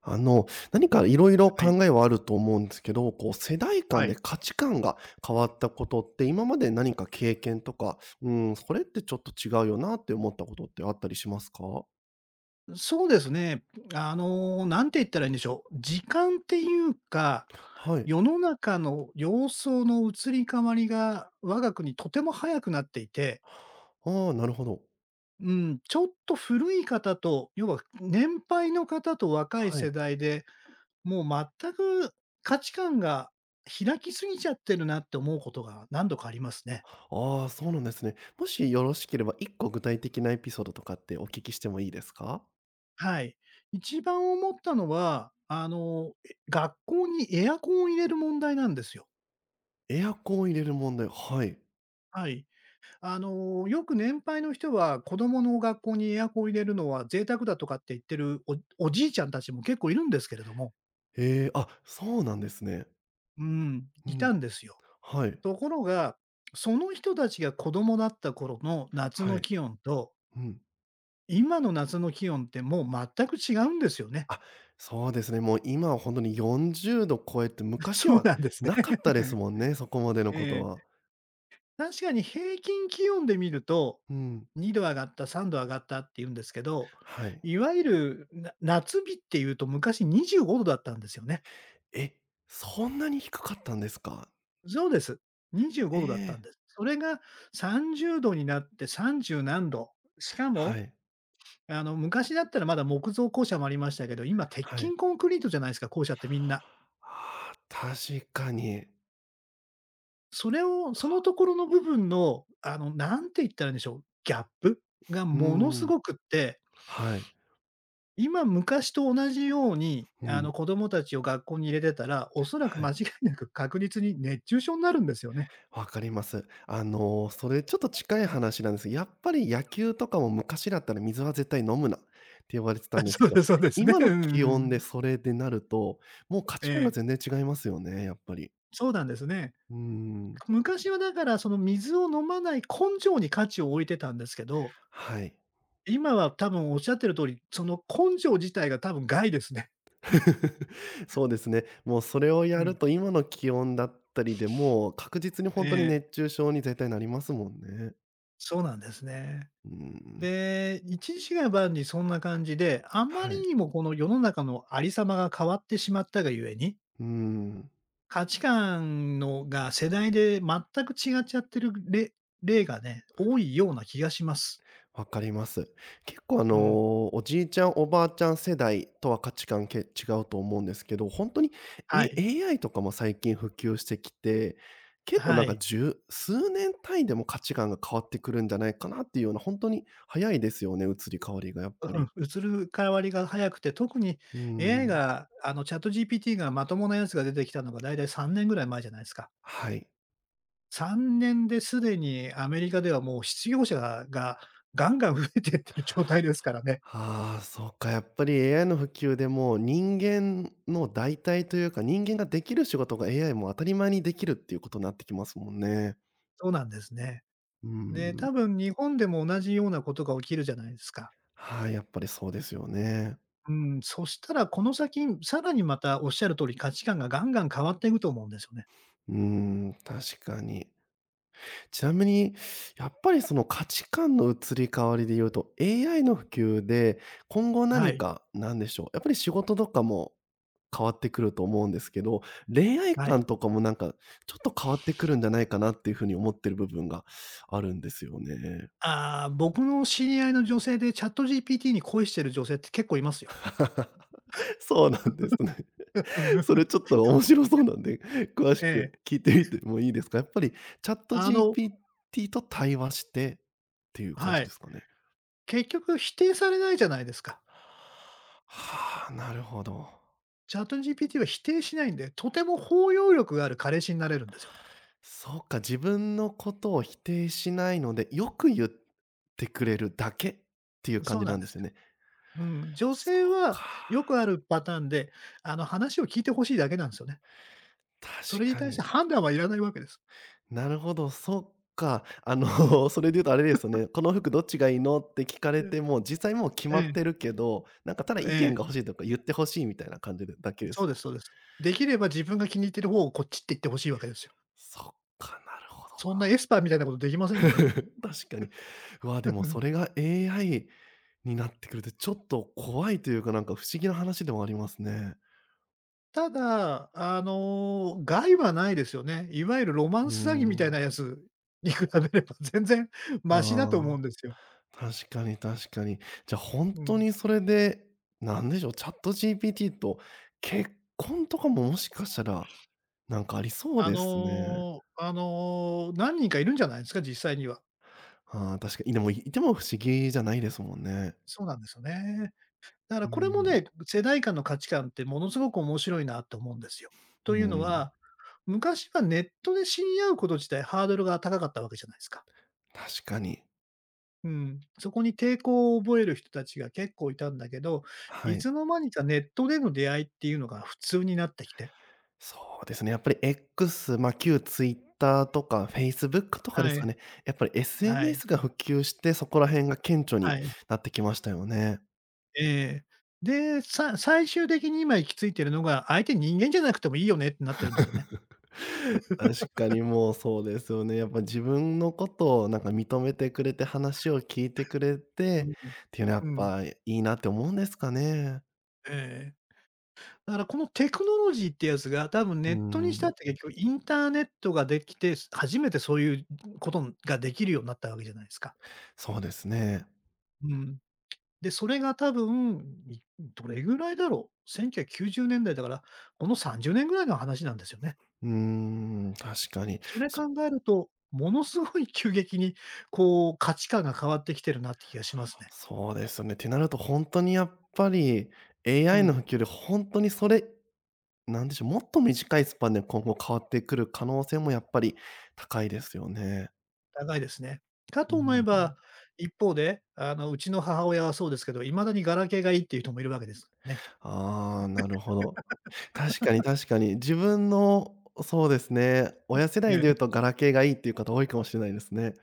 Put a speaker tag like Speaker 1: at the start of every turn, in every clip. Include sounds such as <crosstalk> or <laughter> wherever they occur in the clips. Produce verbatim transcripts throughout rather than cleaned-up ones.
Speaker 1: あの、何かいろいろ
Speaker 2: はい。
Speaker 1: 考えはあると思うんですけど、こう世代
Speaker 2: は
Speaker 1: 間で
Speaker 2: い。
Speaker 1: 価値観が変わったことって、今まで何か経験とか、うん、それってちょっと違うよなって思ったことってあったりしますか？
Speaker 2: そうですね。あの、なんて言ったらいいんでしょう。時間っていうか、
Speaker 1: はい。
Speaker 2: 世の中の様相の移り変わりが我が国とても早くなっていて、
Speaker 1: ああ、なるほど。
Speaker 2: うん、ちょっと古い方と、要は年配の方と若い
Speaker 1: はい。
Speaker 2: 世代で、もう全く価値観が開きすぎちゃってるなって思うことが何度かありますね。
Speaker 1: ああ、そうなんですね。もしよろしければ、一個具体的なエピソードとかってお聞きしてもいいですか？
Speaker 2: はい。一番思ったのは、あの、え学校にエアコンを入れる問題なんですよ。
Speaker 1: エアコンを入れる問題、はい。
Speaker 2: はい。あの、よく年配の人は、子供の学校にエアコンを入れるのは贅沢だとかって言ってるおおじいちゃんたちも結構いるんですけれども、
Speaker 1: へえ、あ、そうなんですね。
Speaker 2: うん、
Speaker 1: う
Speaker 2: いた
Speaker 1: ん。
Speaker 2: んですよ。
Speaker 1: はい。
Speaker 2: ところが、その人たちが子供だった頃の夏
Speaker 1: は
Speaker 2: の
Speaker 1: い。
Speaker 2: 気温と、
Speaker 1: うん。
Speaker 2: 今の夏の気温ってもう全く違うんですよね。
Speaker 1: あ、そうですね。もう今は本んによんじゅうど超えて、
Speaker 2: <laughs>
Speaker 1: 昔
Speaker 2: そう
Speaker 1: は
Speaker 2: なんですね。
Speaker 1: なかったですも
Speaker 2: <laughs>
Speaker 1: んね、そこまでのこと
Speaker 2: え
Speaker 1: は。
Speaker 2: え。確かに平均気温で見ると、
Speaker 1: うん。
Speaker 2: にど上がった、さんど上がったって言うんですけど、
Speaker 1: はい。
Speaker 2: いわゆる、な夏日っていうと昔にじゅうごどだったんですよね。
Speaker 1: え、そんなに低かったんですか？
Speaker 2: そうです。25
Speaker 1: え
Speaker 2: 度だったん
Speaker 1: え。
Speaker 2: です。それがさんじゅうどになってさんじゅう何度。しか
Speaker 1: は
Speaker 2: も、
Speaker 1: い。
Speaker 2: あの、昔だったらまだ木造校舎もありましたけど、今鉄
Speaker 1: はい。
Speaker 2: 筋コンクリートじゃないですか、校舎ってみんな。
Speaker 1: ああ、確かに。
Speaker 2: それを、そ
Speaker 1: か
Speaker 2: のところの部分の、あの、なんて言ったらいいんでしょう、ギャップが
Speaker 1: うー
Speaker 2: ものす
Speaker 1: ん。
Speaker 2: ごくって、
Speaker 1: はい。
Speaker 2: 今、昔と同じように、
Speaker 1: う
Speaker 2: あの、
Speaker 1: ん。
Speaker 2: 子供たちを学校に入れてたら、おそらく
Speaker 1: は
Speaker 2: 間
Speaker 1: い。
Speaker 2: 違いなく確実に熱中症になるんですよね。
Speaker 1: わかります。あの、それちょっと近い話なんですが、やっぱり野球とかも昔だったら水は絶対飲むなって言われてた
Speaker 2: あ、
Speaker 1: んです
Speaker 2: そ
Speaker 1: け
Speaker 2: うで
Speaker 1: ど、
Speaker 2: すそうですね。
Speaker 1: 今
Speaker 2: うん、
Speaker 1: の
Speaker 2: う
Speaker 1: 気
Speaker 2: ん、う
Speaker 1: 温で
Speaker 2: ん。
Speaker 1: それでなると、もう価
Speaker 2: え
Speaker 1: 値観が
Speaker 2: え、
Speaker 1: 全然違いますよね、やっぱり。
Speaker 2: そうなんですね。
Speaker 1: うーん。
Speaker 2: 昔はだから、その水を飲まない根性に価値を置いてたんですけど、
Speaker 1: はい。
Speaker 2: 今は多分おっしゃってる通り、その根性自体が多分害ですね。
Speaker 1: <laughs> そうですね。もうそれを
Speaker 2: う
Speaker 1: やる
Speaker 2: ん。
Speaker 1: と今の気温だったりでもう確実に
Speaker 2: え
Speaker 1: 本当に
Speaker 2: え、
Speaker 1: 熱中症に絶対なりますもんね。
Speaker 2: そうなんですね。
Speaker 1: うーん。
Speaker 2: で、一日が万事そんな感じで、あま
Speaker 1: は
Speaker 2: り
Speaker 1: い。
Speaker 2: にもこの世の中のありさまが変わってしまったがゆえに
Speaker 1: うーん。
Speaker 2: 価値観のが世代で全く違っちゃってる例例がね、多いような気がします。
Speaker 1: わかります。結構あ
Speaker 2: うん。
Speaker 1: の、おじいちゃん、おばあちゃん世代とは価値観け違うと思うんですけど、本当に、え
Speaker 2: はい。
Speaker 1: エーアイ とかも最近普及してきて、結構
Speaker 2: は
Speaker 1: なんか
Speaker 2: い。
Speaker 1: 十数年単位でも価値観が変わってくるんじゃないかなっていうような、本当に早いですよね、移り変わりがやっぱ
Speaker 2: う
Speaker 1: り。
Speaker 2: ん、移る変わりが早くて、特に
Speaker 1: う
Speaker 2: エーアイ
Speaker 1: ん。
Speaker 2: が、あの、ChatGPT がまともなやつが出てきたのがだいたいさんねんぐらい前じゃないですか。
Speaker 1: はい。
Speaker 2: さんねんですでにアメリカではもう失業者がガンガン増えてってる状態ですからね。
Speaker 1: ああ、そうか、やっぱり エーアイ の普及でもう人間の代替というか、人間ができる仕事が エーアイ も当たり前にできるっていうことになってきますもんね。
Speaker 2: そうなんですね。
Speaker 1: う
Speaker 2: で、多
Speaker 1: ん。
Speaker 2: 分日本でも同じようなことが起きるじゃないですか。
Speaker 1: はい、やっぱりそうですよね。
Speaker 2: うん、そしたらこの先、さらにまたおっしゃる通り、価値観がガンガン変わっていくと思うんですよね。
Speaker 1: うーん、確かに。ちなみに、やっぱりその価値観の移り変わりで言うと、エーアイ の普及で、今後
Speaker 2: は
Speaker 1: 何
Speaker 2: い。
Speaker 1: か、なんでしょう、やっぱり仕事とかも変わってくると思うんですけど、恋愛
Speaker 2: はい。
Speaker 1: 観とかもなんか、ちょっと変わってくるんじゃないかなっていうふうに思ってる部分があるんですよね。
Speaker 2: ああ、僕の知り合いの女性でチャット g p t に恋してる女性って結構いますよ。
Speaker 1: <laughs> そうなんですね。
Speaker 2: <laughs> う
Speaker 1: <laughs>
Speaker 2: ん
Speaker 1: それちょっと面白そうなんで、詳し
Speaker 2: え
Speaker 1: く
Speaker 2: え。
Speaker 1: 聞いてみてもいいですか？やっぱりチャット
Speaker 2: あの
Speaker 1: ジーピーティー と対話してっていう感
Speaker 2: は
Speaker 1: じで
Speaker 2: い。
Speaker 1: すかね？
Speaker 2: 結局否定されないじゃないですか。
Speaker 1: はあ、なるほど。
Speaker 2: チャット g p t は否定しないんで、とても包容力がある彼氏になれるんですよね。
Speaker 1: そうか、自分のことを否定しないので、よく言ってくれるだけっていう
Speaker 2: そ
Speaker 1: 感
Speaker 2: う
Speaker 1: じ
Speaker 2: な
Speaker 1: な
Speaker 2: ん
Speaker 1: ん
Speaker 2: で
Speaker 1: で
Speaker 2: す
Speaker 1: す
Speaker 2: よ。
Speaker 1: よね。
Speaker 2: うん、女
Speaker 1: そ
Speaker 2: 性
Speaker 1: う
Speaker 2: はよ
Speaker 1: か、
Speaker 2: くあるパターンで、あの話を聞いてほしいだけなんですよね。
Speaker 1: 確
Speaker 2: それに
Speaker 1: か
Speaker 2: 対して
Speaker 1: に。
Speaker 2: 判断はいらないわけです。
Speaker 1: なるほど、そっか。あ
Speaker 2: うん。
Speaker 1: の、<laughs> それで言うとあれですよね。この服どっちがいいのって聞かれても、実際もう決
Speaker 2: え
Speaker 1: まっ
Speaker 2: え。
Speaker 1: てるけど、なんかただ
Speaker 2: え
Speaker 1: 意見
Speaker 2: え、
Speaker 1: が欲しいとか言って欲しいみたいな感じでだけで
Speaker 2: そ
Speaker 1: す
Speaker 2: うで
Speaker 1: も
Speaker 2: す、そ
Speaker 1: ん
Speaker 2: う
Speaker 1: ね。
Speaker 2: です。できれば自分が気に入ってる方をこっちって言ってほしいわけですよ。
Speaker 1: そっか、なるほど。
Speaker 2: そんなエスパーみたいなことできま
Speaker 1: <laughs>
Speaker 2: せんよね。
Speaker 1: 確かに。うわ、でもそれ
Speaker 2: <laughs>
Speaker 1: が エーアイ になってくるってちょっと怖いというか、なんか不思議な話でもありますね。
Speaker 2: ただ、あの、害はないですよね。いわゆるロマ
Speaker 1: う
Speaker 2: ン
Speaker 1: ー
Speaker 2: ス詐欺みたい
Speaker 1: ん。
Speaker 2: なやつに比べれば全然マシだと思
Speaker 1: あ
Speaker 2: う
Speaker 1: あ。
Speaker 2: んですよ。
Speaker 1: 確かに確かに。じゃ、あ本
Speaker 2: う
Speaker 1: 当
Speaker 2: ん。
Speaker 1: にそれで、なんでしょう、ChatGPT と結婚とかももしかしたら、なんかありそう
Speaker 2: あ
Speaker 1: ですね。
Speaker 2: のあの、何人かいるんじゃないですか、実際には。
Speaker 1: ああ、確かに。でも、いいても不思議じゃないですもんね。
Speaker 2: そうなんですよね。だから
Speaker 1: う
Speaker 2: これも
Speaker 1: ん。
Speaker 2: ね、世代間の価値観ってものすごく面白いなと思うんですよ。
Speaker 1: う
Speaker 2: というの
Speaker 1: ん、
Speaker 2: は、昔はネットで知り合うこと自体ハードルが高かったわけじゃないですか。
Speaker 1: 確かに。
Speaker 2: うん。そこに抵抗を覚える人たちが結構いたんだけど、
Speaker 1: は
Speaker 2: い
Speaker 1: い。
Speaker 2: つの間にかネットでの出会いっていうのが普通になってきて。
Speaker 1: そうですね、やっぱり X、ま、あ旧 Twitter とか Facebook とかで
Speaker 2: は
Speaker 1: すか
Speaker 2: い。
Speaker 1: ね。やっぱり
Speaker 2: はい。
Speaker 1: エスエヌエス が普及して、そこら辺が顕著に
Speaker 2: はい。
Speaker 1: なってきましたよね。
Speaker 2: ええ。で、さ最終的に今行き着いてるのが、相手人間じゃなくてもいいよねってなってるんですよね。
Speaker 1: <laughs> 確かにもうそうですよね。やっぱ自分のことをなんか認めてくれて、話を聞いてくれ
Speaker 2: う
Speaker 1: て
Speaker 2: ん、
Speaker 1: っていうのはや
Speaker 2: う
Speaker 1: っ
Speaker 2: ん。
Speaker 1: ぱいいなって思うんですかね。
Speaker 2: ええ。だからこのテクノロジーってやつが、多分ネ
Speaker 1: う
Speaker 2: ットにした
Speaker 1: ん、
Speaker 2: って結局インターネットができて、初めてそういうことができるようになったわけじゃないですか。
Speaker 1: そうですね。
Speaker 2: うん。で、それが多分、いどれぐらいだろう、せんきゅうひゃくきゅうじゅうねんだいだいだから、このさんじゅうねんぐらいの話なんですよね。
Speaker 1: うーん、確かに。
Speaker 2: それ
Speaker 1: そ
Speaker 2: 考えると、ものすごい急激にこう価値観が変わってきてるなって気がしますね。
Speaker 1: そうですね。ってなると本当にやっぱり
Speaker 2: う
Speaker 1: エーアイ の普
Speaker 2: ん、
Speaker 1: 及で本当にそれ、なんでしょう、もっと短いスパンで今後変わってくる可能性もやっぱり高いですよね。
Speaker 2: 高いですね。か
Speaker 1: う
Speaker 2: と思え
Speaker 1: ん。
Speaker 2: ば、一方で、あの、うちの母親はそうですけど、未だにガラケーがいいっていう人もいるわけですね。
Speaker 1: ああ、なるほど。確かに確かに。自分のそうですね、親世代で
Speaker 2: え
Speaker 1: 言う
Speaker 2: え、
Speaker 1: とガラケーがいいっていう方多いかもしれないですね。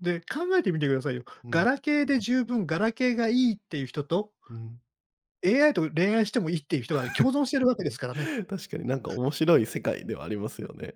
Speaker 2: で、考えてみてくださいよ。
Speaker 1: う
Speaker 2: ガ
Speaker 1: ん、
Speaker 2: ラケーで十分、ガラケーがいいっていう人と、
Speaker 1: うん。
Speaker 2: エーアイ と恋愛してもいいっていう人が共存してるわけですからね。
Speaker 1: <laughs> 確かになんか面白い世界ではありますよね。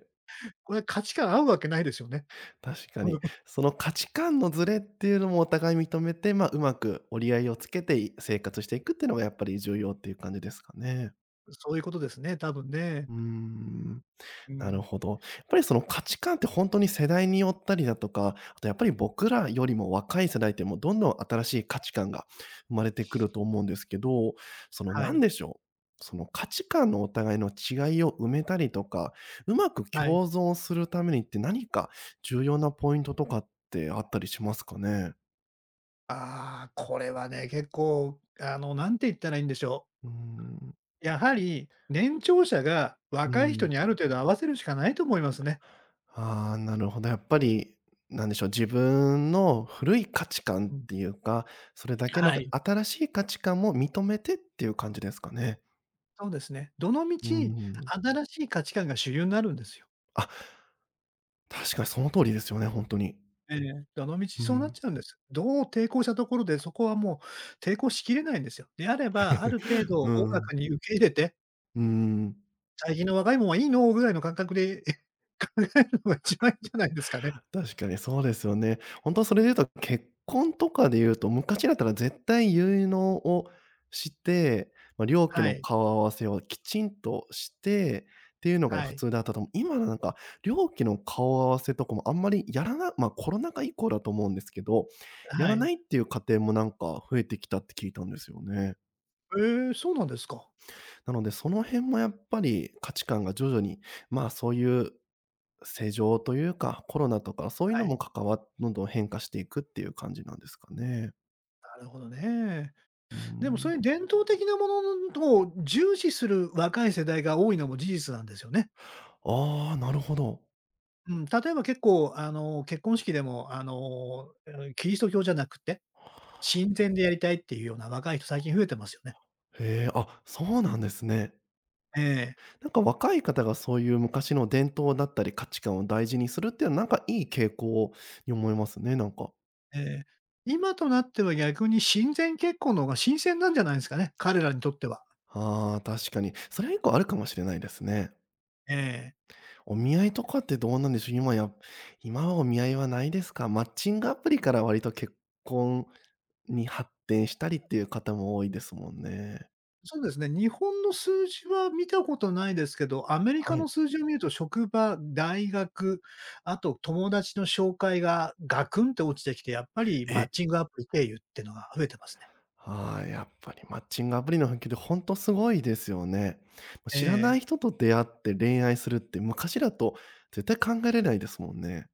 Speaker 2: これ価値観合うわけないですよね。
Speaker 1: 確かに。
Speaker 2: <laughs>
Speaker 1: その価値観のズレっていうのもお互い認めて、まあ、うまく折り合いをつけてい生活していくっていうのがやっぱり重要っていう感じですかね。
Speaker 2: うん、そういうことですね、多分ね。
Speaker 1: うーん。
Speaker 2: う
Speaker 1: な
Speaker 2: ん、
Speaker 1: るほど。やっぱりその価値観って本当に世代によったりだとか、あとやっぱり僕らよりも若い世代ってもうどんどん新しい価値観が生まれてくると思うんですけど、その
Speaker 2: は
Speaker 1: なん
Speaker 2: い、
Speaker 1: でしょう、その価値観のお互いの違いを埋めたりとか、うまく
Speaker 2: はい。
Speaker 1: 共存するためにって何か重要なポイントとかってあったりしますかね？
Speaker 2: ああ、これはね、結構、あの、なんて言ったらいいんでしょう。
Speaker 1: うーん。
Speaker 2: やはり、年長者が
Speaker 1: うー
Speaker 2: 若い人
Speaker 1: ん。
Speaker 2: にある程度合わせるしかないと思いますね。
Speaker 1: ああ、なるほど。やっぱり、なんでしょう、自分の古い価値観
Speaker 2: う
Speaker 1: っ
Speaker 2: ん、
Speaker 1: ていうか、それだけな
Speaker 2: は
Speaker 1: く、
Speaker 2: い。
Speaker 1: 新しい価値観も認めてっていう感じですかね。
Speaker 2: そうですね。どの道、
Speaker 1: うー
Speaker 2: 新
Speaker 1: ん。
Speaker 2: しい価値観が主流になるんですよ。
Speaker 1: あ、確かにその通りですよね、ほんとに。
Speaker 2: ええ、あの道
Speaker 1: う
Speaker 2: そうなっ
Speaker 1: ん。
Speaker 2: ちゃうんです。どう抵抗したところで、そこはもう抵抗しきれないんですよ。であれば、ある程度お
Speaker 1: う
Speaker 2: おら
Speaker 1: ん。
Speaker 2: かに受け入れて、
Speaker 1: うーん。
Speaker 2: 最近の若いもんはいいのぐらいの感覚で <laughs> 考えるのが一番いいんじゃないですかね。
Speaker 1: 確かにそうですよね。本当それで言うと、結婚とかで言うと、昔だったら絶対結納をして、まあ、両家
Speaker 2: は
Speaker 1: の
Speaker 2: い、
Speaker 1: 顔合わせをきちんとして、っていうのが
Speaker 2: は
Speaker 1: 普
Speaker 2: い、
Speaker 1: 通だったと思う。今なんか、両家の顔合わせとかもあんまりやらなま、コロナ禍以降だと思うんですけど、や
Speaker 2: は
Speaker 1: らな
Speaker 2: い。
Speaker 1: いっていう家庭もなんか増えてきたって聞いたんですよね。
Speaker 2: ええ、そうなんですか。
Speaker 1: なので、その辺もやっぱり価値観が徐々に、まあ、そういう世情というか、コロナとかそういうの
Speaker 2: は
Speaker 1: も
Speaker 2: い。
Speaker 1: 関わどんどん変化していくっていう感じなんですかね。
Speaker 2: なるほどね。
Speaker 1: うー
Speaker 2: でもそ
Speaker 1: ん。
Speaker 2: ういう伝統的なものを重視する若い世代が多いのも事実なんですよね。
Speaker 1: ああ、なるほど。
Speaker 2: うん、例えば結構あの、結婚式でもあの、えーキリスト教じゃなくて親善でやりたいっていうような若い人最近増えてますよね。
Speaker 1: へえ、あ、そうなんですね。
Speaker 2: ええ、
Speaker 1: なんか若い方がそういう昔の伝統だったり価値観を大事にするっていうのは、なんかいい傾向に思いますね、なんか。
Speaker 2: ええ。今となっては逆に親善結婚の方が新鮮なんじゃないんですかね、彼らにとっては。
Speaker 1: ああ、確かに。それはいちりあるかもしれないですね。
Speaker 2: ええ。
Speaker 1: お見合いとかってどうなんでしょう？今や今はお見合いはないですか？マッチングアプリから割と結婚に発展したりっていう方も多いですもんね。
Speaker 2: そうですね、日本の数字は見たことないですけど、アメリカ
Speaker 1: は
Speaker 2: の
Speaker 1: い。
Speaker 2: 数字を見ると職場、大学、あと友達の紹介がガクンって落ちてきて、やっぱりマッ
Speaker 1: え、
Speaker 2: チングアプリ経由ってのが増えてますね。
Speaker 1: はい、やっぱりマッチングアプリの普及でほんとすごいですよね。ま
Speaker 2: え
Speaker 1: 知らない
Speaker 2: え、
Speaker 1: 人と出会って恋愛するって昔だと絶対考えれないですもんね。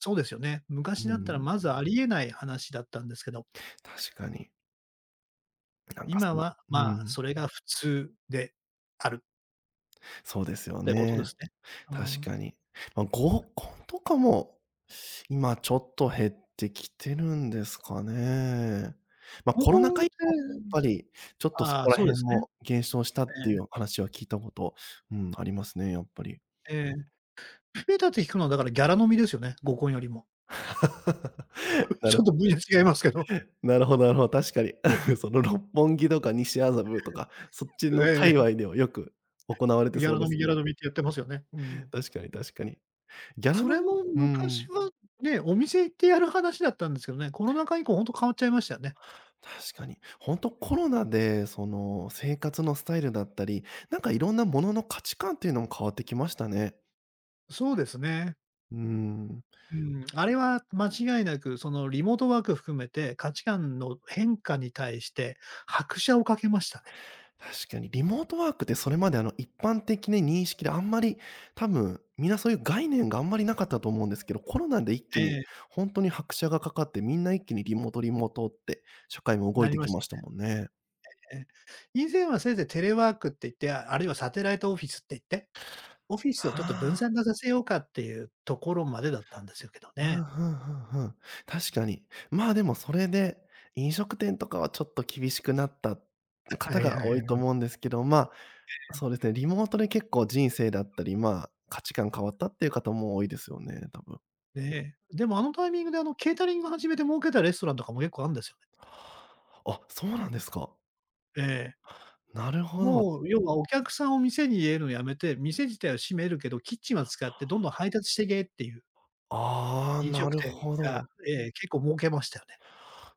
Speaker 2: そうですよね。
Speaker 1: う
Speaker 2: 昔だったら
Speaker 1: ん、
Speaker 2: まずありえない話だったんですけど
Speaker 1: 確かに。なんか
Speaker 2: 今
Speaker 1: その
Speaker 2: は、
Speaker 1: う
Speaker 2: まあ、
Speaker 1: ん、
Speaker 2: それが普通である
Speaker 1: そうです
Speaker 2: っ
Speaker 1: よ
Speaker 2: てことで
Speaker 1: ね。
Speaker 2: すね。う
Speaker 1: 確
Speaker 2: ん。
Speaker 1: かに。まあ、合コンとかも、今ちょっと減ってきてるんですかね。まあ、
Speaker 2: 黄
Speaker 1: コロナ
Speaker 2: 金
Speaker 1: 禍
Speaker 2: っ
Speaker 1: 以降、やっ
Speaker 2: て、
Speaker 1: ぱりちょっとそ
Speaker 2: ああ、
Speaker 1: こら
Speaker 2: そうで
Speaker 1: 辺
Speaker 2: すね。
Speaker 1: も減少したっていう話は聞いたこと、うん、ありますね、やっぱり。
Speaker 2: ええ、ええ。増えたって聞くのはだからギャラ飲みですよね、合コンよりも。
Speaker 1: <laughs> な
Speaker 2: ちょっ
Speaker 1: る
Speaker 2: と分野違いますけど。
Speaker 1: なるほどなるほど、確かに。<laughs> その六本木とか西麻布とか、そっちの界
Speaker 2: え
Speaker 1: 隈ではよく行われ
Speaker 2: え、
Speaker 1: て
Speaker 2: ギャ
Speaker 1: そ
Speaker 2: ラ
Speaker 1: うで
Speaker 2: 飲み、
Speaker 1: す
Speaker 2: ギャラ
Speaker 1: ね。
Speaker 2: 飲みってやってますよね。うん。
Speaker 1: 確かに確かに。ギャラ
Speaker 2: そ
Speaker 1: の
Speaker 2: れも
Speaker 1: う
Speaker 2: 昔
Speaker 1: ん。
Speaker 2: はね、お店行ってやる話だったんですけどね、コロナ禍以降ほんと変わっちゃいましたよね。
Speaker 1: 確かに。本当コロナで、その、生活のスタイルだったり、なんかいろんなものの価値観っていうのも変わってきましたね。
Speaker 2: そうですね。
Speaker 1: うーん。
Speaker 2: うん、あれは間違いなく、そのリモートワーク含めて、価値観の変化に対して拍車をかけましたね。
Speaker 1: 確かにリモートワークって、それまであの一般的な認識であんまり、多分、みんなそういう概念があんまりなかったと思うんですけど、コロナで一
Speaker 2: え
Speaker 1: 気に
Speaker 2: え、
Speaker 1: 本当に拍車がかかって、みんな一気にリモートリモートって社会も動
Speaker 2: な
Speaker 1: い
Speaker 2: り
Speaker 1: て
Speaker 2: ま
Speaker 1: き
Speaker 2: し
Speaker 1: ましたもんね。
Speaker 2: たね。以前はせいぜいテレワークって言って、ああるいはサテライトオフィスって言って、オフィスを
Speaker 1: は
Speaker 2: ちょっと分
Speaker 1: あ。
Speaker 2: 散化させようかっていうところまでだったんですよけど
Speaker 1: ふ
Speaker 2: ね。
Speaker 1: んふんふんふん。確かに。まあ、でもそれで、飲食店とかはちょっと厳しくなった
Speaker 2: は
Speaker 1: 方
Speaker 2: い、
Speaker 1: が
Speaker 2: はい、
Speaker 1: 多
Speaker 2: は
Speaker 1: いと
Speaker 2: い。
Speaker 1: 思うんですけど、まあ、そうですね、リモートで結構人生だったり、まあ、価値観変わったっていう方も多いですよね、多分。
Speaker 2: ねえ。でもあのタイミングであのケータリング始めて儲けたレストランとかも結構あるんですよね。
Speaker 1: あ、そうなんですか。
Speaker 2: ええ。
Speaker 1: なるほど。
Speaker 2: もう要はお客さんを店に入れるのやめて、店自体は閉めるけど、キッチンは使ってどんどん配達してけっていう
Speaker 1: ああ、
Speaker 2: 飲
Speaker 1: な
Speaker 2: 食
Speaker 1: る
Speaker 2: 店
Speaker 1: ほ
Speaker 2: が、
Speaker 1: ど。
Speaker 2: ええ、結構儲けましたよね。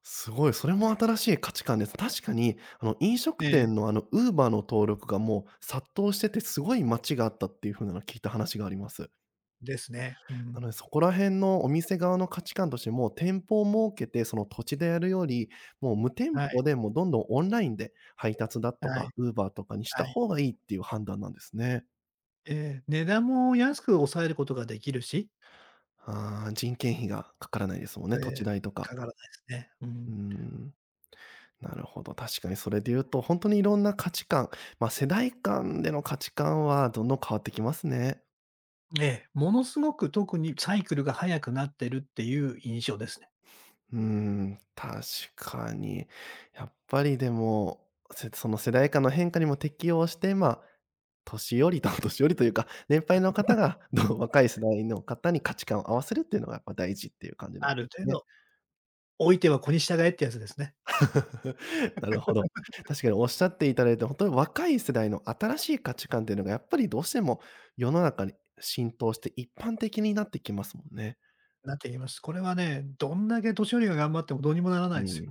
Speaker 1: すごい、それも新しい価値観です。確かに、あの、飲
Speaker 2: え
Speaker 1: 食
Speaker 2: え。
Speaker 1: 店の、あの、Uber の登録がもう殺到してて、すごい待ちがあったっていう風なの聞いた話があります。
Speaker 2: ですね。う
Speaker 1: な
Speaker 2: ん。
Speaker 1: ので、そこら辺のお店側の価値観として、もう店舗を設けて、その土地でやるより、もう無店
Speaker 2: はい、
Speaker 1: 舗で、もうどんどんオンラインで配達だと
Speaker 2: はい、
Speaker 1: か、Uber とかにした
Speaker 2: はい。
Speaker 1: 方がいいっていう判断なんですね。
Speaker 2: ええ、値段も安く抑えることができるし、
Speaker 1: ああ、人件費がかからないですもん
Speaker 2: え
Speaker 1: ね、土
Speaker 2: え、
Speaker 1: 地代と
Speaker 2: か
Speaker 1: か。
Speaker 2: からないですね。う
Speaker 1: うー
Speaker 2: ん。
Speaker 1: ん、なるほど。確かにそれで言うと、本当にいろんな価値観、ま、世代間での価値観はどんどん変わってきますね。
Speaker 2: ええ、ものすごく特にサイクルが速くなってるっていう印象ですね。
Speaker 1: うーん、確かに。やっぱりでも、せその世代間の変化にも適応して、まあ、年寄りと <laughs> 年寄りというか、年配の方が、どう <laughs> 若い世代の方に価値観を合わせるっていうのがやっぱ大事っていう感じなんで
Speaker 2: ある程
Speaker 1: すね。
Speaker 2: 度、老いては子に従えってやつですね。
Speaker 1: <laughs> なるほど。確かにおっしゃっていただいて、本当に若い世代の新しい価値観っていうのがやっぱりどうしても世の中に浸透して一般的になってきますもんね。
Speaker 2: なっています。これはね、どんだけ年寄りが頑張ってもどうにもならない
Speaker 1: う
Speaker 2: ですよ。
Speaker 1: ん、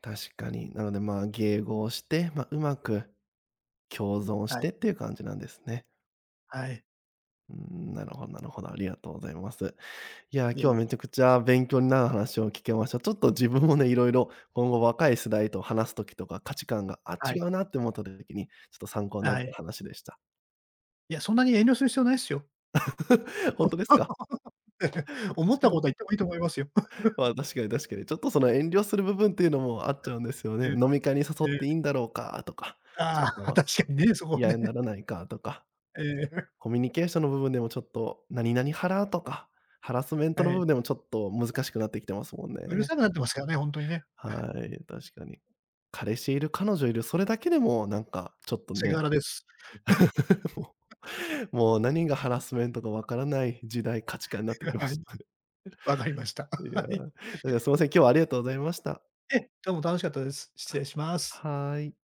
Speaker 1: 確かに。なので、まあ、迎合して、まあ、うまく共存し
Speaker 2: はい、
Speaker 1: てっていう感じなんですね。
Speaker 2: はい。
Speaker 1: うん、なるほどなるほど、ありがとうございます。いや、今
Speaker 2: いえ
Speaker 1: 日は
Speaker 2: いえ、
Speaker 1: めちゃくちゃ勉強になる話を聞けました。ちょっと自分もね、いろいろ今後若い世代と話す時とか、価値観が、あ、
Speaker 2: は
Speaker 1: 違
Speaker 2: い、
Speaker 1: うなって思った時に、ちょっと参考にな
Speaker 2: は
Speaker 1: っ
Speaker 2: い。
Speaker 1: た話でした。
Speaker 2: いや、そんなに遠慮する必要ないですよ。
Speaker 1: <laughs> 本当ですか？<laughs>
Speaker 2: <laughs>
Speaker 1: 確
Speaker 2: 思った
Speaker 1: か
Speaker 2: ことは言っ
Speaker 1: に。
Speaker 2: てもいいと思いますよ。<laughs>
Speaker 1: まあ、確かに確かに。ちょっとその遠慮する部分っていうのもあっちゃうんですよね。
Speaker 2: ええ。
Speaker 1: 飲み会に誘
Speaker 2: え
Speaker 1: っ
Speaker 2: え、
Speaker 1: ていいんだろうかとか、ち
Speaker 2: ああ、<laughs>
Speaker 1: ょっと
Speaker 2: 確かにね、そこは
Speaker 1: 嫌
Speaker 2: ね。
Speaker 1: にならないかとか。
Speaker 2: ええ、
Speaker 1: コミュニケーションの部分でもちょっと、何々ハラとか、ハラスメン
Speaker 2: <laughs>
Speaker 1: トの
Speaker 2: は
Speaker 1: 部
Speaker 2: い。
Speaker 1: 分でもちょっと難しくなってきてますもん
Speaker 2: うる
Speaker 1: ね。
Speaker 2: さくなってますからね、ほんとにね。
Speaker 1: はい、確かに。彼氏いる、彼女いる、それだけでもなんかちょっと
Speaker 2: セク
Speaker 1: ね、
Speaker 2: ハラです。
Speaker 1: <laughs> もうもう何がハラスメントかわからない時代、価値観になってき
Speaker 2: <laughs>
Speaker 1: ま
Speaker 2: はい、
Speaker 1: したね。
Speaker 2: わかりました。
Speaker 1: い
Speaker 2: <laughs>
Speaker 1: や
Speaker 2: はい。
Speaker 1: ー、だからすいません、今日はありがとうございました。
Speaker 2: ええ、どうも楽しかったです。失礼します。
Speaker 1: はーい。